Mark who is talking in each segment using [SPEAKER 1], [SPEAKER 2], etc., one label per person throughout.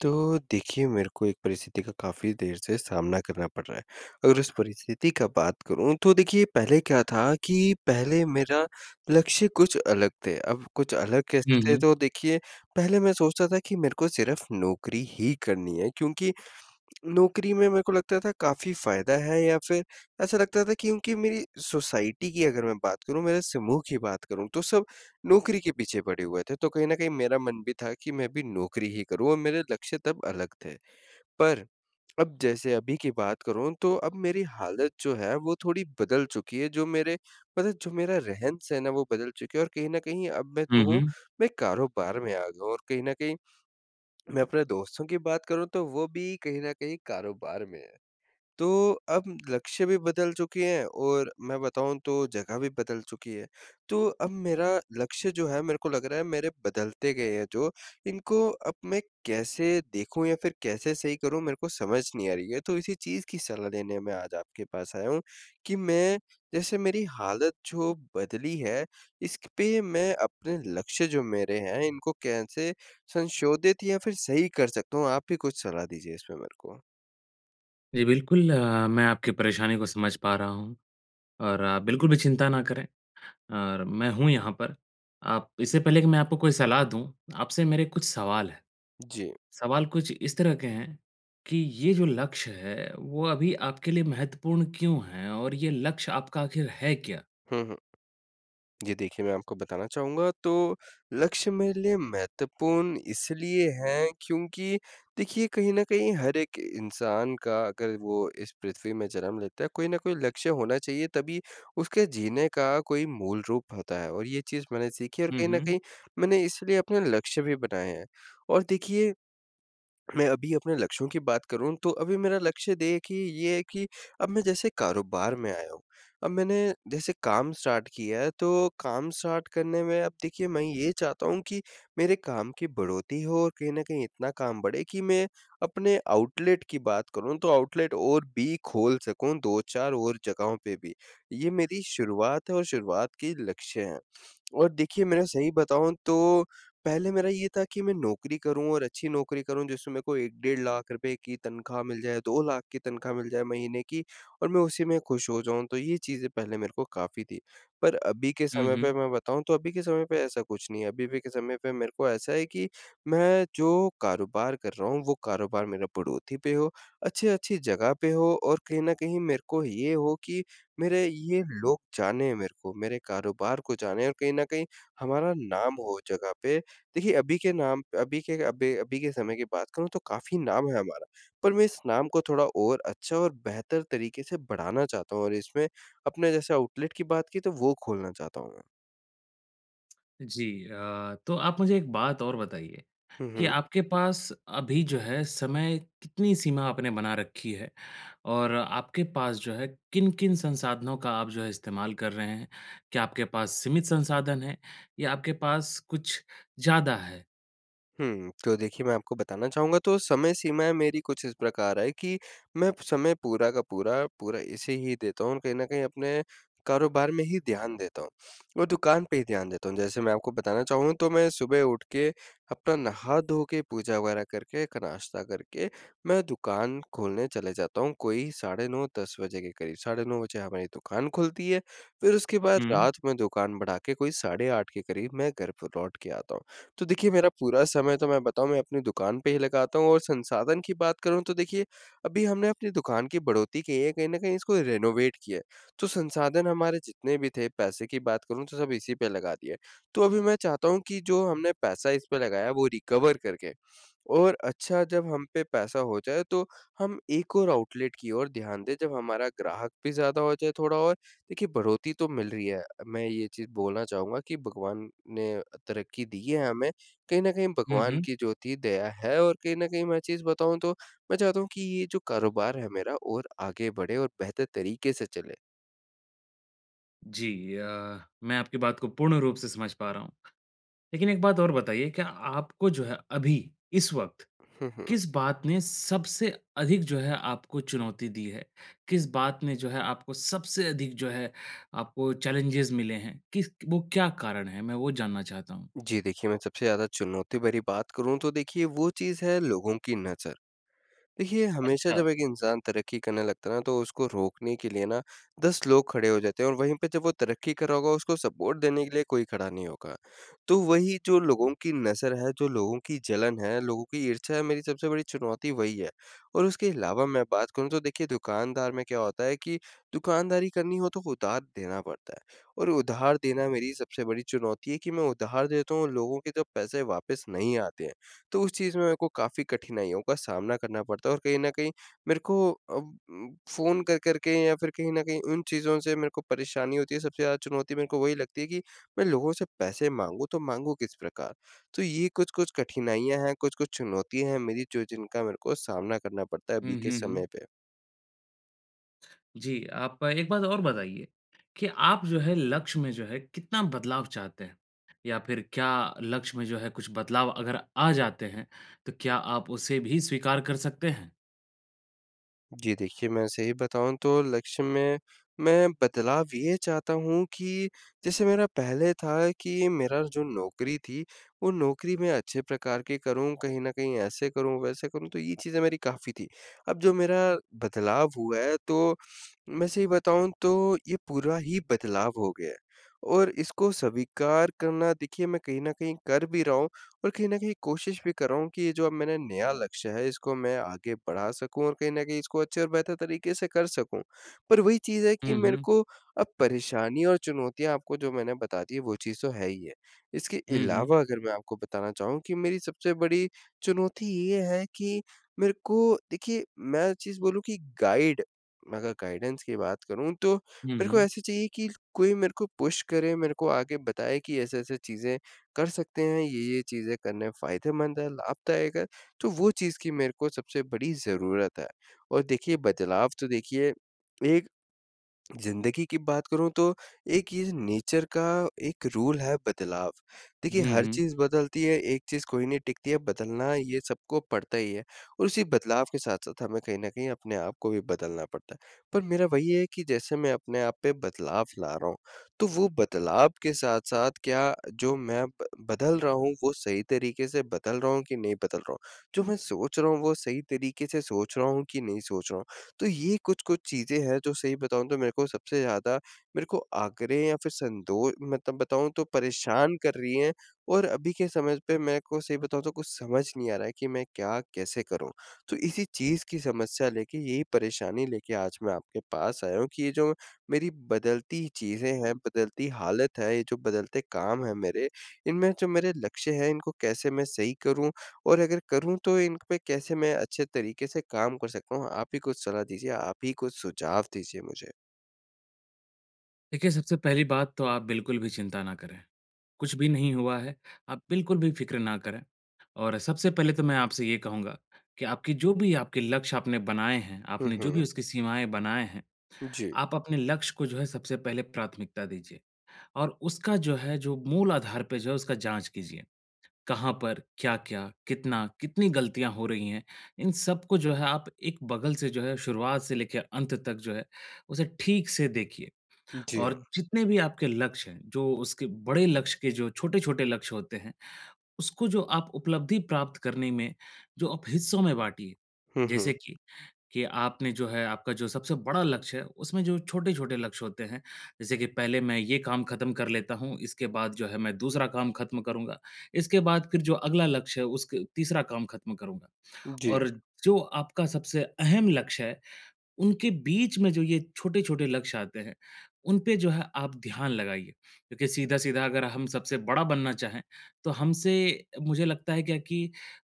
[SPEAKER 1] तो देखिए, मेरे को एक परिस्थिति का काफ़ी देर से सामना करना पड़ रहा है। अगर उस परिस्थिति का बात करूँ तो देखिए पहले क्या था कि पहले मेरा लक्ष्य कुछ अलग थे, अब कुछ अलग कैसे
[SPEAKER 2] हुँ,
[SPEAKER 1] थे
[SPEAKER 2] हुँ।
[SPEAKER 1] तो देखिए पहले मैं सोचता था कि मेरे को सिर्फ़ नौकरी ही करनी है क्योंकि नौकरी में मेरे को लगता था काफ़ी फ़ायदा है या फिर ऐसा लगता था क्योंकि मेरी सोसाइटी की अगर मैं बात करूँ, मेरे समूह की बात करूँ तो सब नौकरी के पीछे पड़े हुए थे। तो कहीं न कहीं मेरा मन भी था कि मैं भी नौकरी ही करूँ और मेरे लक्ष्य तब अलग थे। पर अब जैसे अभी की बात करूँ तो अब मेरी हालत जो है वो थोड़ी बदल चुकी है। जो मेरे मतलब जो मेरा रहन-सहन है वो बदल चुकी है और कहीं न कहीं अब मैं
[SPEAKER 2] हुँ,
[SPEAKER 1] जो हूँ,
[SPEAKER 2] हुँ।
[SPEAKER 1] मैं कारोबार में आ गया हूँ और कहीं न कहीं मैं अपने दोस्तों की बात करूँ तो वो भी कहीं न कहीं कारोबार में है। तो अब लक्ष्य भी बदल चुकी हैं और मैं बताऊँ तो जगह भी बदल चुकी है। तो अब मेरा लक्ष्य जो है मेरे को लग रहा है मेरे बदलते गए हैं जो, इनको अब मैं कैसे देखूँ या फिर कैसे सही करूँ मेरे को समझ नहीं आ रही है। तो इसी चीज़ की सलाह लेने मैं आज आपके पास आया हूँ कि मैं जैसे मेरी हालत जो बदली है, इस पे मैं अपने लक्ष्य जो मेरे हैं इनको कैसे संशोधित या फिर सही कर सकता हूँ? आप ही कुछ सलाह दीजिए इसमें मेरे को।
[SPEAKER 2] जी, बिल्कुल मैं आपकी परेशानी को समझ पा रहा हूँ और आप बिल्कुल भी चिंता ना करें और मैं हूँ यहाँ पर। आप इससे पहले कि मैं आपको कोई सलाह दूँ, आपसे मेरे कुछ सवाल हैं।
[SPEAKER 1] जी।
[SPEAKER 2] सवाल कुछ इस तरह के हैं कि ये जो लक्ष्य है, वो अभी आपके लिए महत्वपूर्ण क्यों है और ये लक्ष्य आपका आखिर है क्या?
[SPEAKER 1] हुँ, हुँ। जी देखिए, मैं आपको बताना चाहूँगा तो लक्ष्य मेरे लिए महत्वपूर्ण इसलिए हैं क्योंकि देखिए कहीं न कहीं हर एक इंसान का अगर वो इस पृथ्वी में जन्म लेता है, कोई न कोई लक्ष्य होना चाहिए तभी उसके जीने का कोई मूल रूप होता है और ये चीज़ मैंने सीखी और
[SPEAKER 2] हुँ,
[SPEAKER 1] कहीं न
[SPEAKER 2] हुँ।
[SPEAKER 1] कहीं मैंने इसलिए अपने लक्ष्य भी बनाए हैं। और देखिए मैं अभी अपने लक्ष्यों की बात करूँ तो अभी मेरा लक्ष्य देखिए ये है कि अब मैं जैसे कारोबार में आया हूँ। अब मैंने जैसे काम स्टार्ट किया है तो काम स्टार्ट करने में अब देखिए मैं ये चाहता हूँ कि मेरे काम की बढ़ोतरी हो और कहीं न कहीं इतना काम बढ़े कि मैं अपने आउटलेट की बात करूँ तो आउटलेट और भी खोल सकूँ 2-4 और जगहों पे भी। ये मेरी शुरुआत है और शुरुआत के लक्ष्य हैं। और देखिए, मेरा सही बताऊँ तो पहले मेरा ये था कि मैं नौकरी करूँ और अच्छी नौकरी करूँ जिसमें मेरे को 1 डेढ़ लाख रुपए की तनख्वाह मिल जाए, 2 लाख की तनख्वाह मिल जाए महीने की और मैं उसी में खुश हो जाऊँ, तो ये चीज़ें पहले मेरे को काफ़ी थी। पर अभी के
[SPEAKER 2] हुँ,
[SPEAKER 1] समय पे
[SPEAKER 2] हुँ।
[SPEAKER 1] मैं बताऊँ तो अभी के समय पे ऐसा कुछ नहीं है, अभी भी के समय पे मेरे को ऐसा है कि मैं जो कारोबार कर रहा हूँ, वो कारोबार मेरा पड़ोसी पे हो, अच्छी-अच्छी जगह पे हो और कहीं न कहीं मेरे को ये हो कि मेरे ये लोग जानें मेरे को, मेरे कारोबार को जानें और कहीं न कहीं हमारा नाम हो जगह पे। देखिए अभी के नाम अभी के अभी अभी के समय की बात करूँ तो काफ़ी नाम है हमारा, पर मैं इस नाम को थोड़ा और अच्छा और बेहतर तरीके से बढ़ाना चाहता हूँ और इसमें अपने जैसे आउटलेट की बात की तो वो खोलना चाहता हूँ मैं।
[SPEAKER 2] जी तो आप मुझे एक बात और बताइए
[SPEAKER 1] हुँ,
[SPEAKER 2] कि
[SPEAKER 1] हुँ।
[SPEAKER 2] आपके पास अभी जो है समय कितनी सीमा आपने बना रखी है? और आपके पास जो है किन-किन संसाधनों का आप जो है इस्तेमाल कर रहे हैं? क्या आपके पास सीमित संसाधन हैं या आपके पास कुछ ज़्यादा है?
[SPEAKER 1] हुँ, तो देखिए मैं आपको बताना चाहूँगा तो समय सीमाएँ मेरी कुछ इस प्रकार है कि मैं समय पूरा का पूरा, पूरा इसे ही देता हूँ और कहीं न कहीं अपने कारोबार में ही ध्यान देता हूँ और दुकान पे ही ध्यान देता हूँ। जैसे मैं आपको बताना चाहूँ तो मैं सुबह उठ के अपना नहा धो के पूजा वगैरह करके, एक नाश्ता करके मैं दुकान खोलने चले जाता हूँ, कोई साढ़े 9-10 बजे के करीब, साढ़े 9 बजे हमारी दुकान खुलती है। फिर उसके बाद
[SPEAKER 2] हुँ।
[SPEAKER 1] रात में दुकान बढ़ा के कोई साढ़े 8 के करीब मैं घर पर लौट के आता हूँ। तो देखिए मेरा पूरा समय तो मैं बताऊँ मैं अपनी दुकान पे ही लगाता हूँ और संसाधन की बात करूँ तो देखिए अभी हमने अपनी दुकान की बढ़ोतरी की है, कहीं न कहीं इसको रेनोवेट किया है। तो संसाधन हमारे जितने भी थे, पैसे की बात करूँ तो सब इसी पे लगा दिए। तो अभी मैं चाहता हूँ कि जो हमने पैसा इस पे लगाया वो रिकवर करके और अच्छा जब हम पे पैसा हो जाए तो हम एक और आउटलेट की ओर ध्यान दें, जब हमारा ग्राहक भी ज़्यादा हो जाए थोड़ा और देखिए बढ़ोतरी तो मिल रही है। मैं ये चीज़ बोलना चाहूँगा कि भगवान ने तरक्की दी है हमें, कहीं न कहीं
[SPEAKER 2] हुँ,
[SPEAKER 1] भगवान
[SPEAKER 2] हुँ।
[SPEAKER 1] की जो थी दया है और कहीं न कहीं मैं चीज़ बताऊँ तो मैं चाहता हूँ कि ये जो कारोबार है मेरा और आगे बढ़े और बेहतर तरीके से चले।
[SPEAKER 2] जी मैं आपकी बात को पूर्ण रूप से समझ पा रहा हूँ। लेकिन एक बात और बताइए क्या आपको जो है अभी, इस वक़्त
[SPEAKER 1] हुँ, हुँ।
[SPEAKER 2] किस बात ने सबसे अधिक जो है आपको चुनौती दी है? किस बात ने जो है आपको सबसे अधिक जो है आपको चैलेंजेस मिले हैं? किस वो क्या कारण है? मैं वो जानना चाहता हूँ।
[SPEAKER 1] जी देखिए, मैं सबसे ज़्यादा चुनौती भरी बात करूँ तो देखिए वो चीज़ है लोगों की नज़र। देखिए, हमेशा
[SPEAKER 2] अच्छा।
[SPEAKER 1] जब एक इंसान तरक्की करने लगता है ना, तो उसको रोकने के लिए ना 10 लोग खड़े हो जाते हैं और वहीं पे जब वो तरक्की कर रहा होगा, उसको सपोर्ट देने के लिए कोई खड़ा नहीं होगा। तो वही जो लोगों की नज़र है, जो लोगों की जलन है, लोगों की ईर्ष्या है, मेरी सबसे बड़ी चुनौती वही है। और उसके अलावा मैं बात करूँ तो देखिए दुकानदार में क्या होता है कि दुकानदारी करनी हो तो उधार देना पड़ता है और उधार देना मेरी सबसे बड़ी चुनौती है कि मैं उधार देता हूँ, लोगों के जब पैसे वापस नहीं आते हैं। तो उस चीज़ में मेरे को काफ़ी कठिनाइयों का सामना करना पड़ता है और कहीं न कहीं मेरे को अब फ़ोन कर कर के या फिर कहीं न कहीं उन चीज़ों से मेरे को परेशानी होती है। सबसे ज़्यादा चुनौती मेरे को वही लगती है कि मैं लोगों से पैसे माँगूँ, तो माँगूँ किस प्रकार? तो ये कुछ-कुछ कठिनाइयाँ हैं, कुछ-कुछ चुनौतियाँ हैं मेरी जो जिनका मेरे को सामना करना पड़ता है अभी
[SPEAKER 2] हुँ,
[SPEAKER 1] के
[SPEAKER 2] हुँ, हुँ।
[SPEAKER 1] समय पे।
[SPEAKER 2] जी, आप एक बात और बताइए कि आप जो है लक्ष्य में जो है कितना बदलाव चाहते हैं? या फिर क्या लक्ष्य में जो है कुछ बदलाव अगर आ जाते हैं, तो क्या आप उसे भी स्वीकार कर सकते हैं?
[SPEAKER 1] जी देखिए, मैं सही बताऊँ तो लक्ष्य में मैं बदलाव ये चाहता हूँ कि जैसे मेरा पहले था कि मेरा जो नौकरी थी, वो नौकरी मैं अच्छे प्रकार की करूँ, कहीं न कहीं ऐसे करूँ, वैसे करूँ, तो ये चीज़ें मेरी काफ़ी थी। अब जो मेरा बदलाव हुआ है तो मैं सही बताऊँ तो ये पूरा ही बदलाव हो गया है और इसको स्वीकार करना देखिए मैं कहीं न कहीं कर भी रहा हूँ और कहीं न कहीं कोशिश भी कर रहा हूँ कि ये जो अब मैंने नया लक्ष्य है इसको मैं आगे बढ़ा सकूँ और कहीं न कहीं इसको अच्छे और बेहतर तरीके से कर सकूँ। पर वही चीज़ है कि
[SPEAKER 2] हुँ,
[SPEAKER 1] मेरे
[SPEAKER 2] हुँ।
[SPEAKER 1] को अब परेशानी और चुनौतियाँ आपको जो मैंने बता दी है वो चीज़ तो है ही है। इसके
[SPEAKER 2] हुँ, हुँ।
[SPEAKER 1] अलावा अगर मैं आपको बताना चाहूँ कि मेरी सबसे बड़ी चुनौती ये है कि मेरे को देखिए मैं चीज़ बोलूँ कि गाइड मैं अगर गाइडेंस की बात करूँ तो
[SPEAKER 2] हुँ,
[SPEAKER 1] मेरे को
[SPEAKER 2] हुँ।
[SPEAKER 1] ऐसे चाहिए कि कोई मेरे को पुश करे, मेरे को आगे बताए कि ऐसे-ऐसे चीज़ें कर सकते हैं, ये-ये चीज़ें करने फ़ायदेमंद है, लाभदायक है, तो वो चीज़ की मेरे को सबसे बड़ी ज़रूरत है। और देखिए बदलाव तो देखिए एक ज़िंदगी की बात करूँ तो एक ये नेचर का एक रूल है बदलाव। देखिए
[SPEAKER 2] हुँ,
[SPEAKER 1] हर
[SPEAKER 2] हुँ।
[SPEAKER 1] चीज़ बदलती है, एक चीज़ कोई नहीं टिकती है, बदलना ये सबको पड़ता ही है और उसी बदलाव के साथ-साथ हमें कहीं न कहीं अपने आप को भी बदलना पड़ता है। पर मेरा वही है कि जैसे मैं अपने आप पे बदलाव ला रहा हूँ, तो वो बदलाव के साथ-साथ क्या जो मैं ब बदल रहा हूँ वो सही तरीके से बदल रहा हूँ कि नहीं बदल रहा हूँ? जो मैं सोच रहा हूँ वो सही तरीके से सोच रहा हूँ कि नहीं सोच रहा हूँ? तो ये कुछ-कुछ चीज़ें हैं जो सही बताऊँ तो मेरे को सबसे ज़्यादा मेरे को आग्रह या फिर संदो मतलब बताऊँ तो परेशान कर रही हैं और अभी के समय पे मेरे को सही बताऊँ तो कुछ समझ नहीं आ रहा है कि मैं क्या कैसे करूँ? तो इसी चीज़ की समस्या लेके यही परेशानी लेके आज मैं आपके पास आया हूँ कि ये जो मेरी बदलती चीज़ें हैं, बदलती हालत है, ये जो बदलते काम हैं मेरे, इनमें जो मेरे लक्ष्य हैं इनको कैसे मैं सही करूँ और अगर करूँ तो इन पे कैसे मैं अच्छे तरीके से काम कर सकता हूँ? आप ही कुछ सलाह दीजिए, आप ही कुछ सुझाव दीजिए मुझे।
[SPEAKER 2] देखिए, सबसे पहली बात तो आप बिल्कुल भी चिंता ना करें। कुछ भी नहीं हुआ है, आप बिल्कुल भी फ़िक्र ना करें। और सबसे पहले तो मैं आपसे ये कहूँगा कि आपकी जो भी आपके लक्ष्य आपने बनाए हैं,
[SPEAKER 1] हुँ,
[SPEAKER 2] आपने जो भी
[SPEAKER 1] हुँ।
[SPEAKER 2] उसकी सीमाएँ बनाए हैं,
[SPEAKER 1] जी,
[SPEAKER 2] आप अपने लक्ष्य को जो है सबसे पहले प्राथमिकता दीजिए। और उसका जो है जो मूल आधार पे जो है उसका जाँच कीजिए। कहाँ पर, क्या-क्या, कितना, कितनी गलतियाँ हो रही हैं, इन सबको जो है आप एक बगल से जो है शुरुआत से लेके अंत तक जो है उसे ठीक से देखिए।
[SPEAKER 1] जी।
[SPEAKER 2] और जितने भी आपके लक्ष्य हैं, जो उसके बड़े लक्ष्य के जो छोटे-छोटे लक्ष्य होते हैं, उसको जो आप उपलब्धि प्राप्त करने में जो आप हिस्सों में बाँटिए।
[SPEAKER 1] हुँ, हुँ।
[SPEAKER 2] जैसे कि आपने जो है आपका जो सबसे बड़ा लक्ष्य है, उसमें जो छोटे-छोटे लक्ष्य होते हैं, जैसे कि पहले मैं ये काम खत्म कर लेता हूँ, इसके बाद जो है मैं दूसरा काम खत्म करूँगा, इसके बाद फिर जो अगला लक्ष्य है उसके तीसरा काम खत्म करूँगा।
[SPEAKER 1] जी।
[SPEAKER 2] और जो आपका सबसे अहम लक्ष्य है उनके बीच में जो ये छोटे-छोटे लक्ष्य आते हैं, उन पे जो है आप ध्यान लगाइए। क्योंकि सीधा-सीधा अगर हम सबसे बड़ा बनना चाहें, तो हमसे मुझे लगता है क्या कि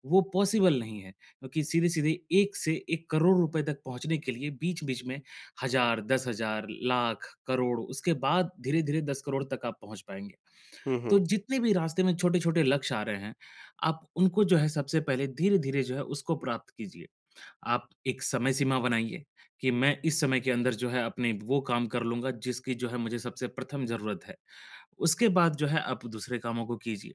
[SPEAKER 2] वो पॉसिबल नहीं है। क्योंकि सीधे-सीधे 1 से 1 करोड़ रुपए तक पहुँचने के लिए बीच-बीच में हज़ार, 10,000, लाख, करोड़ उसके बाद धीरे-धीरे 10 करोड़ तक आप पहुँच पाएँगे।
[SPEAKER 1] हुँ,
[SPEAKER 2] तो
[SPEAKER 1] हुँ।
[SPEAKER 2] जितने भी रास्ते में छोटे-छोटे लक्ष्य आ रहे हैं, आप उनको जो है सबसे पहले धीरे-धीरे जो है उसको प्राप्त कीजिए। आप एक समय सीमा बनाइए कि मैं इस समय के अंदर जो है अपने वो काम कर लूँगा जिसकी जो है मुझे सबसे प्रथम ज़रूरत है। उसके बाद जो है आप दूसरे कामों को कीजिए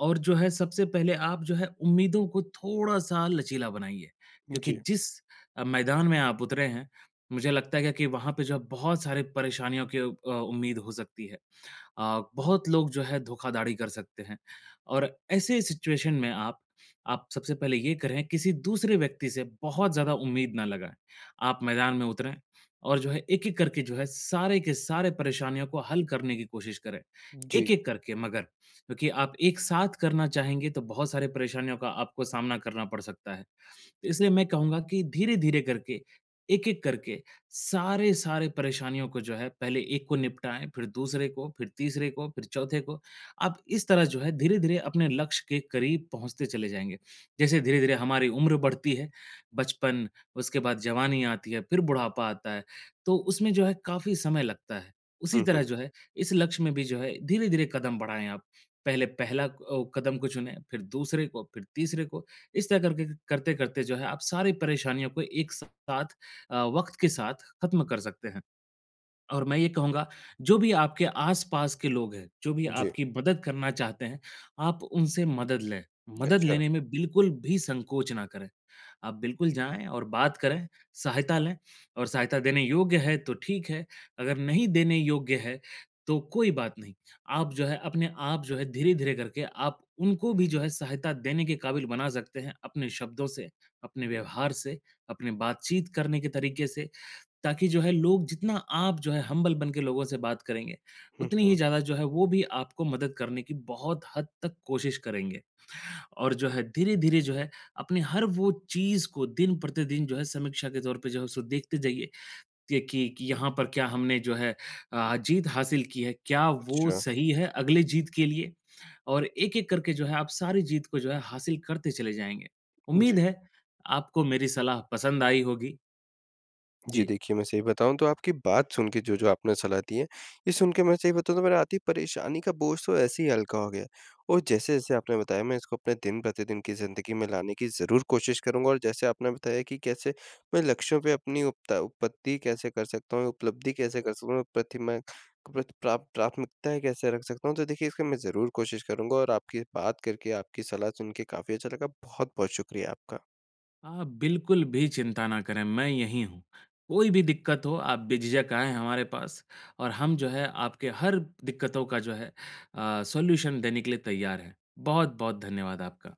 [SPEAKER 2] और जो है सबसे पहले आप जो है उम्मीदों को थोड़ा-सा लचीला बनाइए क्योंकि
[SPEAKER 1] जी,
[SPEAKER 2] जिस मैदान में आप उतरे हैं, मुझे लगता है कि वहाँ पे जो है बहुत सारी परेशानियों की उम्मीद हो सकती है। बहुत लोग जो है धोखाधड़ी कर सकते हैं और ऐसे सिचुएशन में आप सबसे पहले ये करें किसी दूसरे व्यक्ति से बहुत ज़्यादा उम्मीद ना लगाएँ। आप मैदान में उतरें और जो है एक-एक करके जो है सारे के सारे परेशानियों को हल करने की कोशिश करें,
[SPEAKER 1] जी।
[SPEAKER 2] एक-एक करके मगर क्योंकि आप एक साथ करना चाहेंगे तो बहुत सारे परेशानियों का आपको सामना करना पड़ सकता है। इसलिए मैं कहूँगा कि धीरे-धीरे करके, एक-एक करके सारे, परेशानियों को जो है पहले एक को निपटाएँ, फिर दूसरे को, फिर तीसरे को, फिर चौथे को। आप इस तरह जो है धीरे-धीरे अपने लक्ष्य के करीब पहुँचते चले जाएँगे। जैसे धीरे-धीरे हमारी उम्र बढ़ती है, बचपन, उसके बाद जवानी आती है, फिर बुढ़ापा आता है, तो उसमें जो है काफ़ी समय लगता है। उसी
[SPEAKER 1] हुँ,
[SPEAKER 2] तरह
[SPEAKER 1] हुँ।
[SPEAKER 2] जो है इस लक्ष्य में भी जो है धीरे-धीरे कदम बढ़ाएँ आप। पहले पहला कदम को चुनें, फिर दूसरे को, फिर तीसरे को। इस तरह करके करते-करते जो है आप सारी परेशानियों को एक साथ वक़्त के साथ ख़त्म कर सकते हैं। और मैं ये कहूँगा, जो भी आपके आस-पास के लोग हैं, जो भी
[SPEAKER 1] जी।
[SPEAKER 2] आपकी मदद करना चाहते हैं, आप उनसे मदद लें। मदद
[SPEAKER 1] अच्छा।
[SPEAKER 2] लेने में बिल्कुल भी संकोच ना करें। आप बिल्कुल जाएँ और बात करें, सहायता लें और सहायता देने योग्य है तो ठीक है, अगर नहीं देने योग्य है, तो कोई बात नहीं। आप जो है अपने आप जो है धीरे-धीरे करके आप उनको भी जो है सहायता देने के काबिल बना सकते हैं, अपने शब्दों से, अपने व्यवहार से, अपने बातचीत करने के तरीके से। ताकि जो है लोग जितना आप जो है हम्बल बन के लोगों से बात करेंगे,
[SPEAKER 1] हुँ,
[SPEAKER 2] उतनी ही
[SPEAKER 1] हुँ।
[SPEAKER 2] ज़्यादा जो है वो भी आपको मदद करने की बहुत हद तक कोशिश करेंगे। और जो है धीरे-धीरे जो है अपने हर वो चीज़ को दिन प्रतिदिन जो है समीक्षा के तौर पे जो है उसको देखते जाइए कि यहाँ पर क्या हमने जो है जीत हासिल की है, क्या वो
[SPEAKER 1] अच्छा।
[SPEAKER 2] सही है अगले जीत के लिए? और एक-एक करके जो है आप सारी जीत को जो है हासिल करते चले जाएँगे।
[SPEAKER 1] जी।
[SPEAKER 2] उम्मीद है आपको मेरी सलाह पसंद आई होगी।
[SPEAKER 1] जी,
[SPEAKER 2] जी।
[SPEAKER 1] देखिए मैं सही बताऊँ तो आपकी बात सुन के जो-जो आपने सलाह दी है, ये सुन के मैं सही बताऊँ तो मेरा आधी परेशानी का बोझ तो ऐसे ही हल्का हो गया और जैसे-जैसे आपने बताया मैं इसको अपने दिन-प्रतिदिन की ज़िंदगी में लाने की ज़रूर कोशिश करूँगा और जैसे आपने बताया कि कैसे मैं लक्ष्यों पे अपनी उपता उपपत्ति कैसे कर सकता हूँ, उपलब्धि कैसे कर सकता हूँ, प्रतिमा प्रत प्रा प्राथमिकताएँ कैसे रख सकता हूँ, तो देखिए इसका मैं ज़रूर कोशिश करूँगा और आपकी बात करके, आपकी सलाह सुन के काफ़ी अच्छा लगा। बहुत-बहुत शुक्रिया आपका।
[SPEAKER 2] आप बिल्कुल भी चिंता ना करें, मैं यहीं हूँ। कोई भी दिक्कत हो आप बेझिझक आएँ हमारे पास और हम जो है आपके हर दिक्कतों का जो है सॉल्यूशन देने के लिए तैयार हैं। बहुत-बहुत धन्यवाद आपका।